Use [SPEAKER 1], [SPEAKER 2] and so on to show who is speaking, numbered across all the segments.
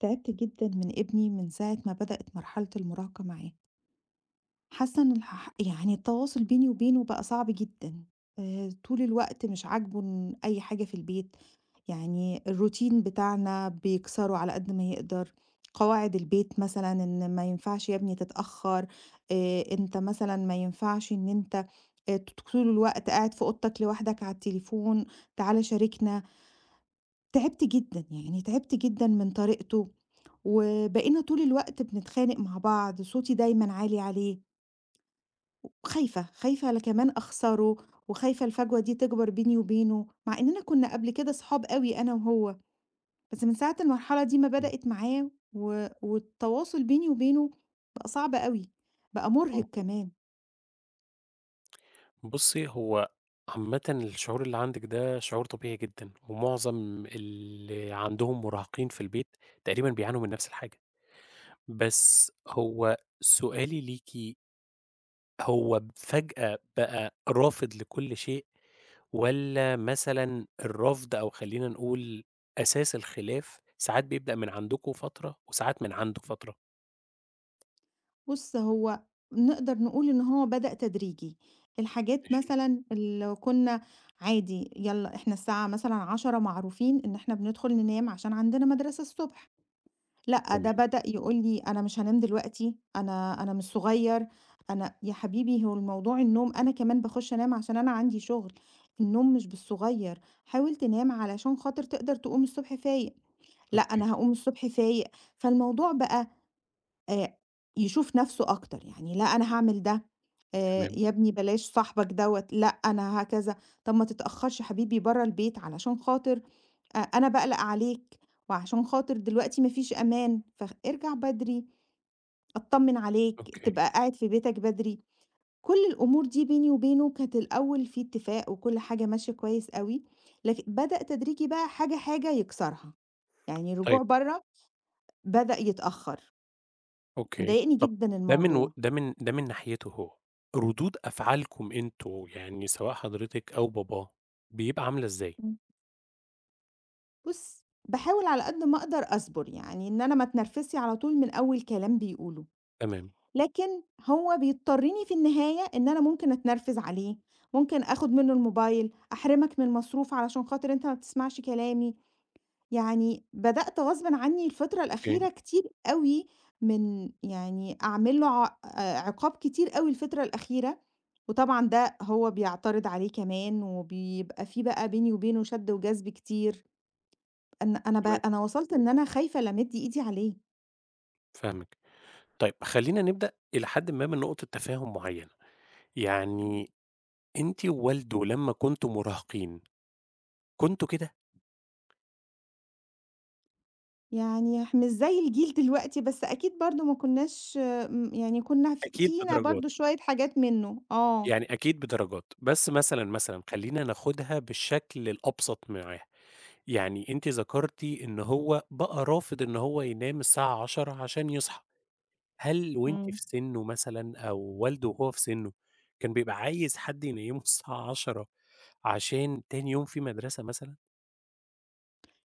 [SPEAKER 1] تعبت جدًا من ابني من ساعة ما بدأت مرحلة المراهقة معاه، حاسة إن يعني التواصل بيني وبينه بقى صعب جدًا، طول الوقت مش عاجبه إن أي حاجة في البيت، يعني الروتين بتاعنا بيكسره على قد ما يقدر، قواعد البيت مثلًا إن ما ينفعش يا ابني تتأخر، أنت مثلًا ما ينفعش إن أنت ت طول الوقت قاعد في أوضتك لوحدك على التليفون، تعالَ شاركنا، تعبت جدًا، يعني تعبت جدًا من طريقته وبقينا طول الوقت بنتخانق مع بعض، صوتي دايمًا عالي عليه، خايفة على كمان أخسره، وخايفة الفجوة دي تكبر بيني وبينه، مع إننا كنا قبل كده صحاب أوي أنا وهو، بس من ساعة المرحلة دي ما
[SPEAKER 2] مضبوط.
[SPEAKER 1] بدأت معاه والتواصل بيني وبينه بقى صعب أوي، بقى مرهق كمان.
[SPEAKER 2] بُصّي، هو عامةً الشعور اللي عندِك ده شعور طبيعي جدًا، ومعظم اللي عندهم مراهقين في البيت تقريبًا بيعانوا من نفس الحاجة. بس هو سؤالي ليكِ، هو فجأة بقى رافض لكل شيء، والّا مثلًا الرفض؟ أو خلّينا نقول أساس الخلاف ساعات بيبدأ من عندكم فترة، وساعات من عنده فترة؟
[SPEAKER 1] بُص، هو نقدر نقول إن هو بدأ تدريجي، الحاجات
[SPEAKER 2] ماشي.
[SPEAKER 1] مثلًا اللي كنا عادي يالّا إحنا الساعة مثلًا 10:00 معروفين إن إحنا بندخل ننام عشان عندنا مدرسة الصبح. لأ، ده
[SPEAKER 2] تمام.
[SPEAKER 1] بدأ يقول لي: "أنا مش هانام دلوقتي، أنا مش صغير، أنا" يا حبيبي هو الموضوع النوم أنا كمان باخُش أنام عشان أنا عندي شُغل، النوم مش بالصغير، حاول تنام علشان خاطر تقدر تقوم الصبح فايق، لأ،
[SPEAKER 2] أوكي.
[SPEAKER 1] أنا هاقوم الصبح فايق. فالموضوع بقى آآ يشوف نَفْسه أكتر، يعني لأ، أنا هاعمل ده،
[SPEAKER 2] تمام.
[SPEAKER 1] يا ابني بلاش صاحبك دوّة، لأ، أنا هكذا، طَب ما تتأخّرش حبيبي برّه البيت علشان خاطر أنا باقلق عليك وعشان خاطر دلوقتي ما فيش أمان، فارجع بدري، أتطمن عليك،
[SPEAKER 2] أوكي.
[SPEAKER 1] تبقى قاعد في بيتك بدري. كل الأمور دي بيني وبينه كانت الأول في اتفاق وكل حاجة ماشية كويس أوي، لكن بدأ تدريجي بقى حاجة، حاجة يكسرها، يعني
[SPEAKER 2] طيب.
[SPEAKER 1] الرجوع برّه بدأ يتأخر،
[SPEAKER 2] أوكي.
[SPEAKER 1] مضايقني
[SPEAKER 2] طب،
[SPEAKER 1] جدًا
[SPEAKER 2] ده من و
[SPEAKER 1] الموضوع.
[SPEAKER 2] ده من ده من ناحيته هو، ردود أفعالكم أنتم، يعني سواء حضرتِك أو باباه، بيبقى عاملة إزاي؟
[SPEAKER 1] إمم. بُص، باحاول على قد ما أقدر أصبر، يعني إن أنا ما أتنرفزش على طول من أول كلام بيقوله.
[SPEAKER 2] تمام.
[SPEAKER 1] لكن هو بيضطرني في النهاية إن أنا ممكن أتنرفز عليه، ممكن آخد منه الموبايل، أحرمك من المصروف علشان خاطر أنت ما بتسمعش كلامي، يعني بدأت غصبٍ عني الفترة
[SPEAKER 2] أوكي.
[SPEAKER 1] الأخيرة كتير أوي من يعني أعمل له ع عقاب كتير أوي الفترة الأخيرة، وطبعًا ده هو بيعترض عليه كمان، وبيبقى في بقى بيني وبينه شد وجذب كتير، أن أنا ب
[SPEAKER 2] تمام.
[SPEAKER 1] أنا وصلت إن أنا خايفة ألمّد إيدي عليه.
[SPEAKER 2] فاهمِك. طيب خلّينا نبدأ إلى حدٍ ما من نقطة تفاهم معيّنة. يعني أنتِ ووالده لمّا كنتم مراهقين، كنتم كده؟
[SPEAKER 1] يعني مش زي الجيل دلوقتي، بس أكيد برضه ما كناش يعني كنا ف
[SPEAKER 2] أكيد
[SPEAKER 1] فينا
[SPEAKER 2] بدرجات،
[SPEAKER 1] برضه شوية حاجات منّه، آه.
[SPEAKER 2] يعني أكيد بدرجات. بس مثلًا خلّينا ناخدها بالشكل الأبسط معاه. يعني أنتِ ذكرتِ إن هو بقى رافض إن هو ينام الساعة 22:00 عشان يصحى. هل وأنتِ
[SPEAKER 1] إمم.
[SPEAKER 2] في سِنُّه مثلًا أو والده وهو في سِنُّه، كان بيبقى عايز حد ينيّمه الساعة 10:00 عشان تاني يوم في مدرسة مثلًا؟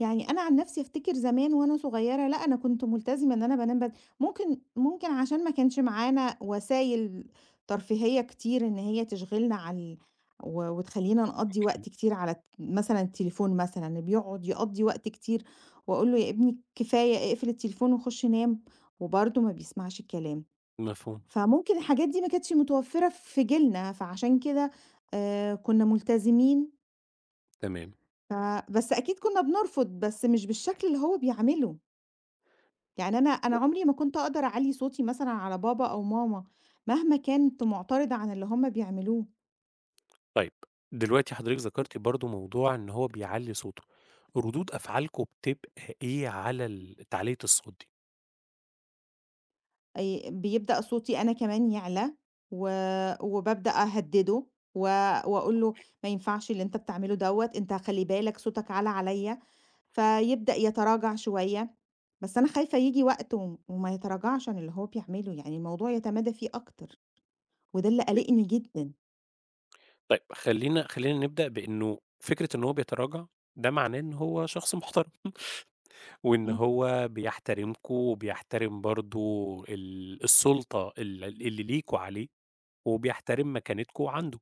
[SPEAKER 1] يعني أنا عن نفسي أفتكر زمان وأنا صغيّرة، لأ أنا كنت ملتزمة إن أنا بانام بدري، ممكن عشان ما كانش معانا وسايل ترفيهية كتير إن هي تشغلنا عن ال و وتخلّينا نقضّي
[SPEAKER 2] أوكي.
[SPEAKER 1] وقت كتير على مثلًا التليفون مثلًا، اللي بيقعد يقضّي وقت كتير وأقول له: "يا ابني كفاية، اقفل التليفون وخُش نام." وبرضه ما بيسمعش الكلام.
[SPEAKER 2] مفهوم.
[SPEAKER 1] فممكن الحاجات دي ما كانتش متوفرة في جيلنا، فعشان كده كنا ملتزمين
[SPEAKER 2] تمام.
[SPEAKER 1] ف بس أكيد كنا بنرفض، بس مش بالشكل اللي هو بيعامله، يعني أنا عمري ما كنت أقدر أعلّي صوتي مثلًا على بابا أو ماما، مهما كنت مُعترضة عن اللي هُم بيعملوه.
[SPEAKER 2] طيب، دلوقتي حضرتِك ذكرتِ برضه موضوع إن هو بيعلّي صوته، ردود أفعالكم بتبقى إيه على تعلية الصوت دي؟
[SPEAKER 1] آي بيبدأ صوتي أنا كمان يعلى، و وبابدأ أهدِّده و وأقول له: "ما ينفعش اللي أنت بتعمله دوّة، أنت خلِّ بالك صوتك عليّا." فيبدأ يتراجع شوية، بس أنا خايفة ييجي وقت وما يتراجعش عن اللي هو بيعمله، يعني الموضوع يتمادى فيه أكتر، وده اللي قالقني
[SPEAKER 2] ماشي.
[SPEAKER 1] جدًا.
[SPEAKER 2] طيب خلّينا نبدأ بإنه فكرة إن هو بيتراجع، ده معناه إن هو شخص محترم. وإن
[SPEAKER 1] إمم.
[SPEAKER 2] هو بيحترمكم وبيحترم برضه السُلطة اللي ليكم عليه، وبيحترم مكانتكم عنده،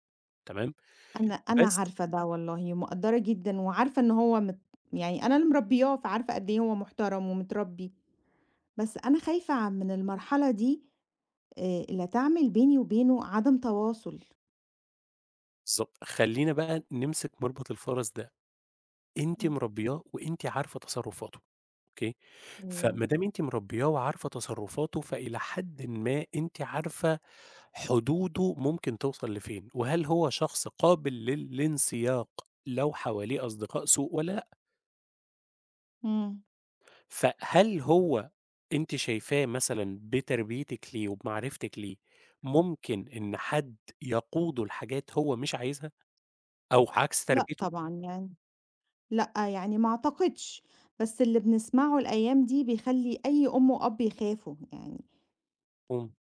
[SPEAKER 2] تمام؟
[SPEAKER 1] أنا
[SPEAKER 2] بس
[SPEAKER 1] عارفة ده والله ومقدّرة جدًا وعارفة إن هو يعني أنا اللي مربّياه، فعارفة قد إيه هو محترم ومتربّي، بس أنا خايفة من المرحلة دي لا تعمل بيني وبينه عدم تواصل.
[SPEAKER 2] بالضبط، خلّينا بقى نمسك مربط الفَرَس ده. أنتِ
[SPEAKER 1] إمم،
[SPEAKER 2] مربّياه وأنتِ عارفة تصرُّفاته، أوكي؟
[SPEAKER 1] أيوه،
[SPEAKER 2] فما دام أنتِ مربّياه وعارفة تصرُّفاته، فإلى حدٍ ما أنتِ عارفة حدوده ممكن توصل لفين، وهل هو شخص قابل للانسياق لو حواليه أصدقاء سوء والّا...
[SPEAKER 1] إمم،
[SPEAKER 2] فهل هو أنتِ شايفاه مثلًا بتربيتِك ليه وبمعرفتِك ليه، ممكن إن حد يقوده لحاجات هو مش عايزها أو عكس
[SPEAKER 1] لأ
[SPEAKER 2] تربيته؟
[SPEAKER 1] طبعًا يعني. لأ، يعني ما أعتقدش، بس اللي بنسمعه الأيام دي بيخلّي أي أم وأب يخافوا يعني،
[SPEAKER 2] مفهوم،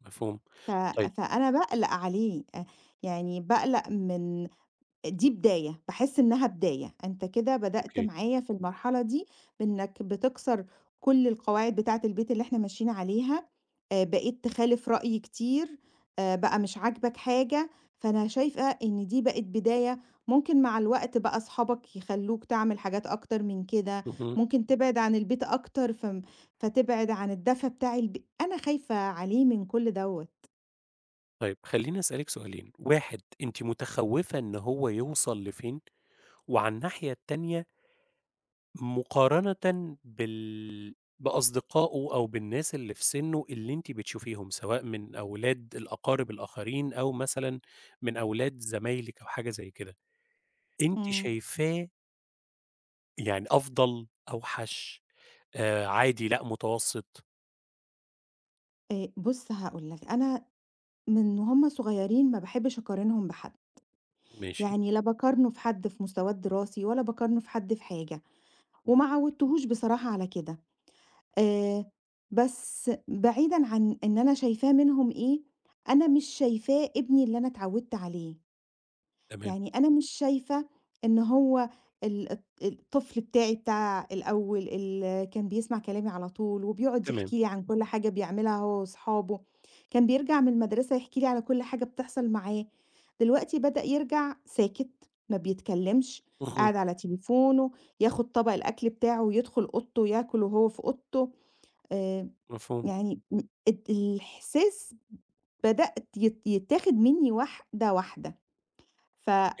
[SPEAKER 2] مفهوم.
[SPEAKER 1] ف
[SPEAKER 2] طيب.
[SPEAKER 1] فأنا باقلق عليه، يعني باقلق من دي بداية، باحس إنها بداية، أنت كده بدأت
[SPEAKER 2] أوكي.
[SPEAKER 1] معايا في المرحلة دي بإنك بتكسر كل القواعد بتاعة البيت اللي إحنا ماشيين عليها، بقيت تخالف رأي كتير، بقى مش عاجبك حاجة، فأنا شايفة إن دي بقت بداية، ممكن مع الوقت بقى أصحابك يخلّوك تعمل حاجات أكتر من كده،
[SPEAKER 2] اهم.
[SPEAKER 1] ممكن تبعد عن البيت أكتر فتبعد عن الدفى بتاع أنا خايفة عليه من كل دوّة.
[SPEAKER 2] طيب خلّيني أسألِك سؤالين، 1 أنتِ متخوّفة إن هو يوصل لفين؟ وعلى الناحية التانية، مقارنةً بأصدقائه أو بالناس اللي في سِنُّه اللي أنتِ بتشوفيهم، سواء من أولاد الأقارب الآخرين أو مثلًا من أولاد زمايلِك أو حاجة زي كده، أنتِ
[SPEAKER 1] إمم.
[SPEAKER 2] شايفاه، يعني أفضل، أوحش، عادي، لأ متوسط؟
[SPEAKER 1] بُص هاقول لك، أنا من وهُم صغيرين ما باحبش أقارنهم بحد،
[SPEAKER 2] ماشي.
[SPEAKER 1] يعني لا باقارنه في حد في مستواه الدراسي ولا باقارنه في حد في حاجة، وما عوّدتهوش بصراحة على كده. آآ، بس بعيدًا عن إن أنا شايفاه منهم إيه، أنا مش شايفاه ابني اللي أنا اتعوّدت عليه.
[SPEAKER 2] تمام.
[SPEAKER 1] يعني أنا مش شايفة إن هو ال الط الطفل بتاعي بتاع الأول اللي كان بيسمع كلامي على طول، وبيقعد
[SPEAKER 2] تمام.
[SPEAKER 1] يحكي لي عن كل حاجة بيعملها هو وصحابه، كان بيرجع من المدرسة يحكي لي على كل حاجة بتحصل معاه، دلوقتي بدأ يرجع ساكت، ما بيتكلمش،
[SPEAKER 2] اهم.
[SPEAKER 1] قاعد على تليفونه، ياخد طبق الأكل بتاعه ويدخل أوضته ياكل وهو في أوضته، آآ
[SPEAKER 2] مفهوم.
[SPEAKER 1] يعني م الد الإحساس بدأت يتاخد مني واحدة، واحدة.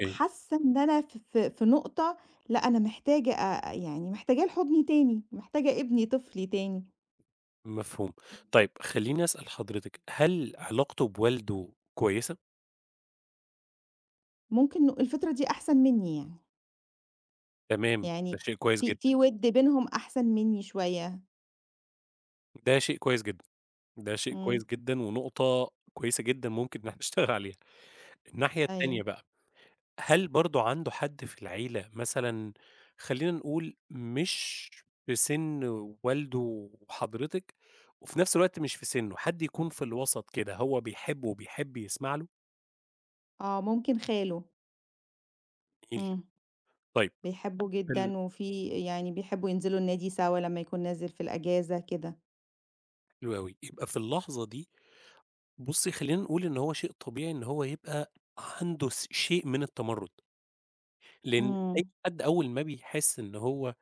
[SPEAKER 2] أوكي.
[SPEAKER 1] إن أنا ف في في نقطة لأ أنا محتاجة يعني محتاجاه لحضني تاني، محتاجة ابني طفلي تاني،
[SPEAKER 2] مفهوم. طيب خلّيني أسأل حضرتك، هل علاقته بوالده كويسة؟
[SPEAKER 1] ممكن الفطرة دي أحسن منّي يعني،
[SPEAKER 2] تمام، ده
[SPEAKER 1] يعني
[SPEAKER 2] شيء كويس
[SPEAKER 1] في
[SPEAKER 2] جدًا.
[SPEAKER 1] في وِد بينهم أحسن منّي شوية،
[SPEAKER 2] ده شيء كويس جدًا. ده شيء
[SPEAKER 1] إمم،
[SPEAKER 2] كويس جدًا، ونقطة كويسة جدًا ممكن إن إحنا نشتغل عليها. الناحية
[SPEAKER 1] أيوه،
[SPEAKER 2] التانية بقى، هل برضه عنده حد في العيلة مثلًا، خلّينا نقول مش في سِن والده وحضرتك، وفي نفس الوقت مش في سِنّه، حد يكون في الوسط كده، هو بيحبه وبيحب يسمع له؟
[SPEAKER 1] آه ممكن خاله،
[SPEAKER 2] جميل.
[SPEAKER 1] إمم،
[SPEAKER 2] طيب
[SPEAKER 1] بيحبّه
[SPEAKER 2] حل
[SPEAKER 1] جدًا وفي يعني بيحبّوا ينزلوا النادي سوا لمّا يكون نازل في الأجازة كده،
[SPEAKER 2] حلو أوي. يبقى في اللحظة دي، بُصّي خلّينا نقول إن هو شيء طبيعي إن هو يبقى عنده شيء من التمرُّد، لإن أي
[SPEAKER 1] إمم،
[SPEAKER 2] حد أول ما بيحس إن هو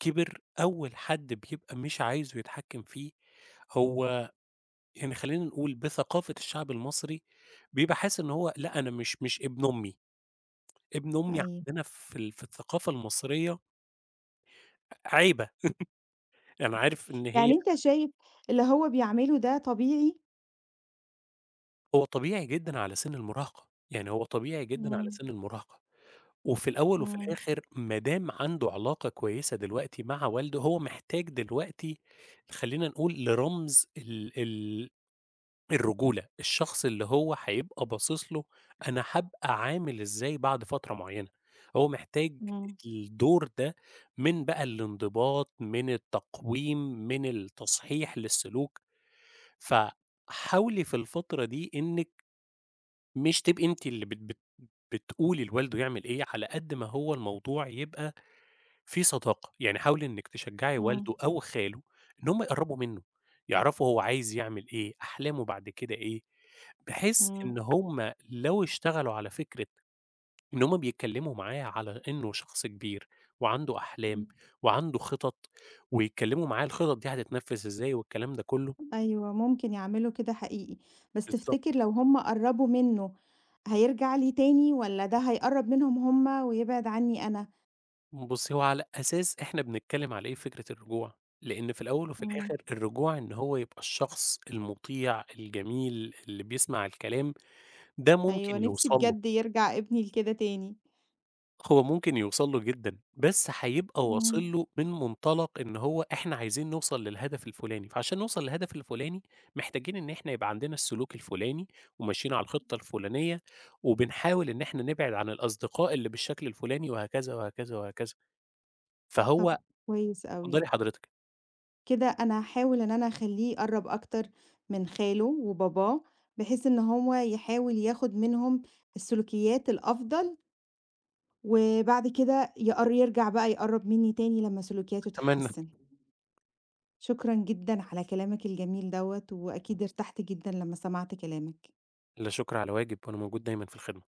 [SPEAKER 2] كبر، أول حد بيبقى مش عايزه يتحكم فيه هو، يعني خلّينا نقول بثقافة الشعب المصري، بيبقى حاسس إن هو، لأ أنا مش ابن أمي. ابن أمي
[SPEAKER 1] أيوه،
[SPEAKER 2] عندنا في الثقافة المصرية عيبة، أنا عارف إن هي...
[SPEAKER 1] يعني أنت شايف اللي هو بيعمله ده طبيعي؟
[SPEAKER 2] هو طبيعي جدًا على سِن المراهقة، يعني هو طبيعي جدًا على
[SPEAKER 1] إمم،
[SPEAKER 2] سِن المراهقة. وفي الأول وفي
[SPEAKER 1] إمم،
[SPEAKER 2] الآخر ما دام عنده علاقة كويسة دلوقتي مع والده، هو محتاج دلوقتي خلّينا نقول لرمز ال ال الرجولة، الشخص اللي هو هيبقى باصص له، أنا هابقى عامل إزاي بعد فترة معيّنة، هو محتاج
[SPEAKER 1] إمم،
[SPEAKER 2] الدور ده من بقى الانضباط، من التقويم، من التصحيح للسلوك. فحاولي في الفترة دي إنِّك مش تبقي أنتِ اللي بت بت بتقولي لوالده يعمل إيه، على قد ما هو الموضوع يبقى في صداقة. يعني حاولي إنِّك تشجّعي
[SPEAKER 1] إمم،
[SPEAKER 2] والده أو خاله إن هم يقرّبوا منّه، يعرفوا هو عايز يعمل إيه، أحلامه بعد كده إيه، بحيث إن هم لو اشتغلوا على فكرة إن هم بيتكلّموا معاه على إنه شخص كبير وعنده أحلام
[SPEAKER 1] إمم.
[SPEAKER 2] وعنده خطط، ويتكلّموا معاه الخطط دي هتتنفّذ إزاي والكلام ده كُلّه.
[SPEAKER 1] أيوه، ممكن يعملوا كده حقيقي، بس
[SPEAKER 2] بالضبط.
[SPEAKER 1] تفتكر لو هم قرّبوا منه هيرجع لي تاني والّا ده هيقرّب منهم هم ويبعد عني أنا؟
[SPEAKER 2] بُصّي، هو على أساس إحنا بنتكلّم على إيه في فكرة الرجوع. لإن في الأول وفي
[SPEAKER 1] إمم.
[SPEAKER 2] الآخِر الرجوع إن هو يبقى الشخص المُطيع الجميل اللي بيسمع الكلام ده
[SPEAKER 1] أيوه،
[SPEAKER 2] ممكن
[SPEAKER 1] نفسي
[SPEAKER 2] يوصل له.
[SPEAKER 1] بجد يرجع ابني لكده تاني.
[SPEAKER 2] هو ممكن يوصل له جدًا، بس هيبقى
[SPEAKER 1] إمم.
[SPEAKER 2] واصل له من منطلق إن هو إحنا عايزين نوصل للهدف الفلاني، فعشان نوصل للهدف الفلاني محتاجين إن إحنا يبقى عندنا السلوك الفلاني، وماشيين على الخطة الفلانية، وبنحاول إن إحنا نبعد عن الأصدقاء اللي بالشكل الفلاني وهكذا، وهكذا، وهكذا.
[SPEAKER 1] طب
[SPEAKER 2] فهو
[SPEAKER 1] كويس أوي،
[SPEAKER 2] اتفضلي حضرتك.
[SPEAKER 1] كده أنا هاحاول إن أنا أخلّيه يقرّب أكتر من خاله وباباه، بحيث إن هو يحاول ياخد منهم السلوكيات الأفضل، وبعد كده يرجع بقى يقرّب مني تاني لمّا سلوكياته
[SPEAKER 2] أتمنى.
[SPEAKER 1] تتحسن. شكرًا جدًا على كلامك الجميل دوّة، وأكيد ارتحت جدًا لمّا سمعت كلامك.
[SPEAKER 2] لا شكر على واجب، وأنا موجود دايمًا في الخدمة.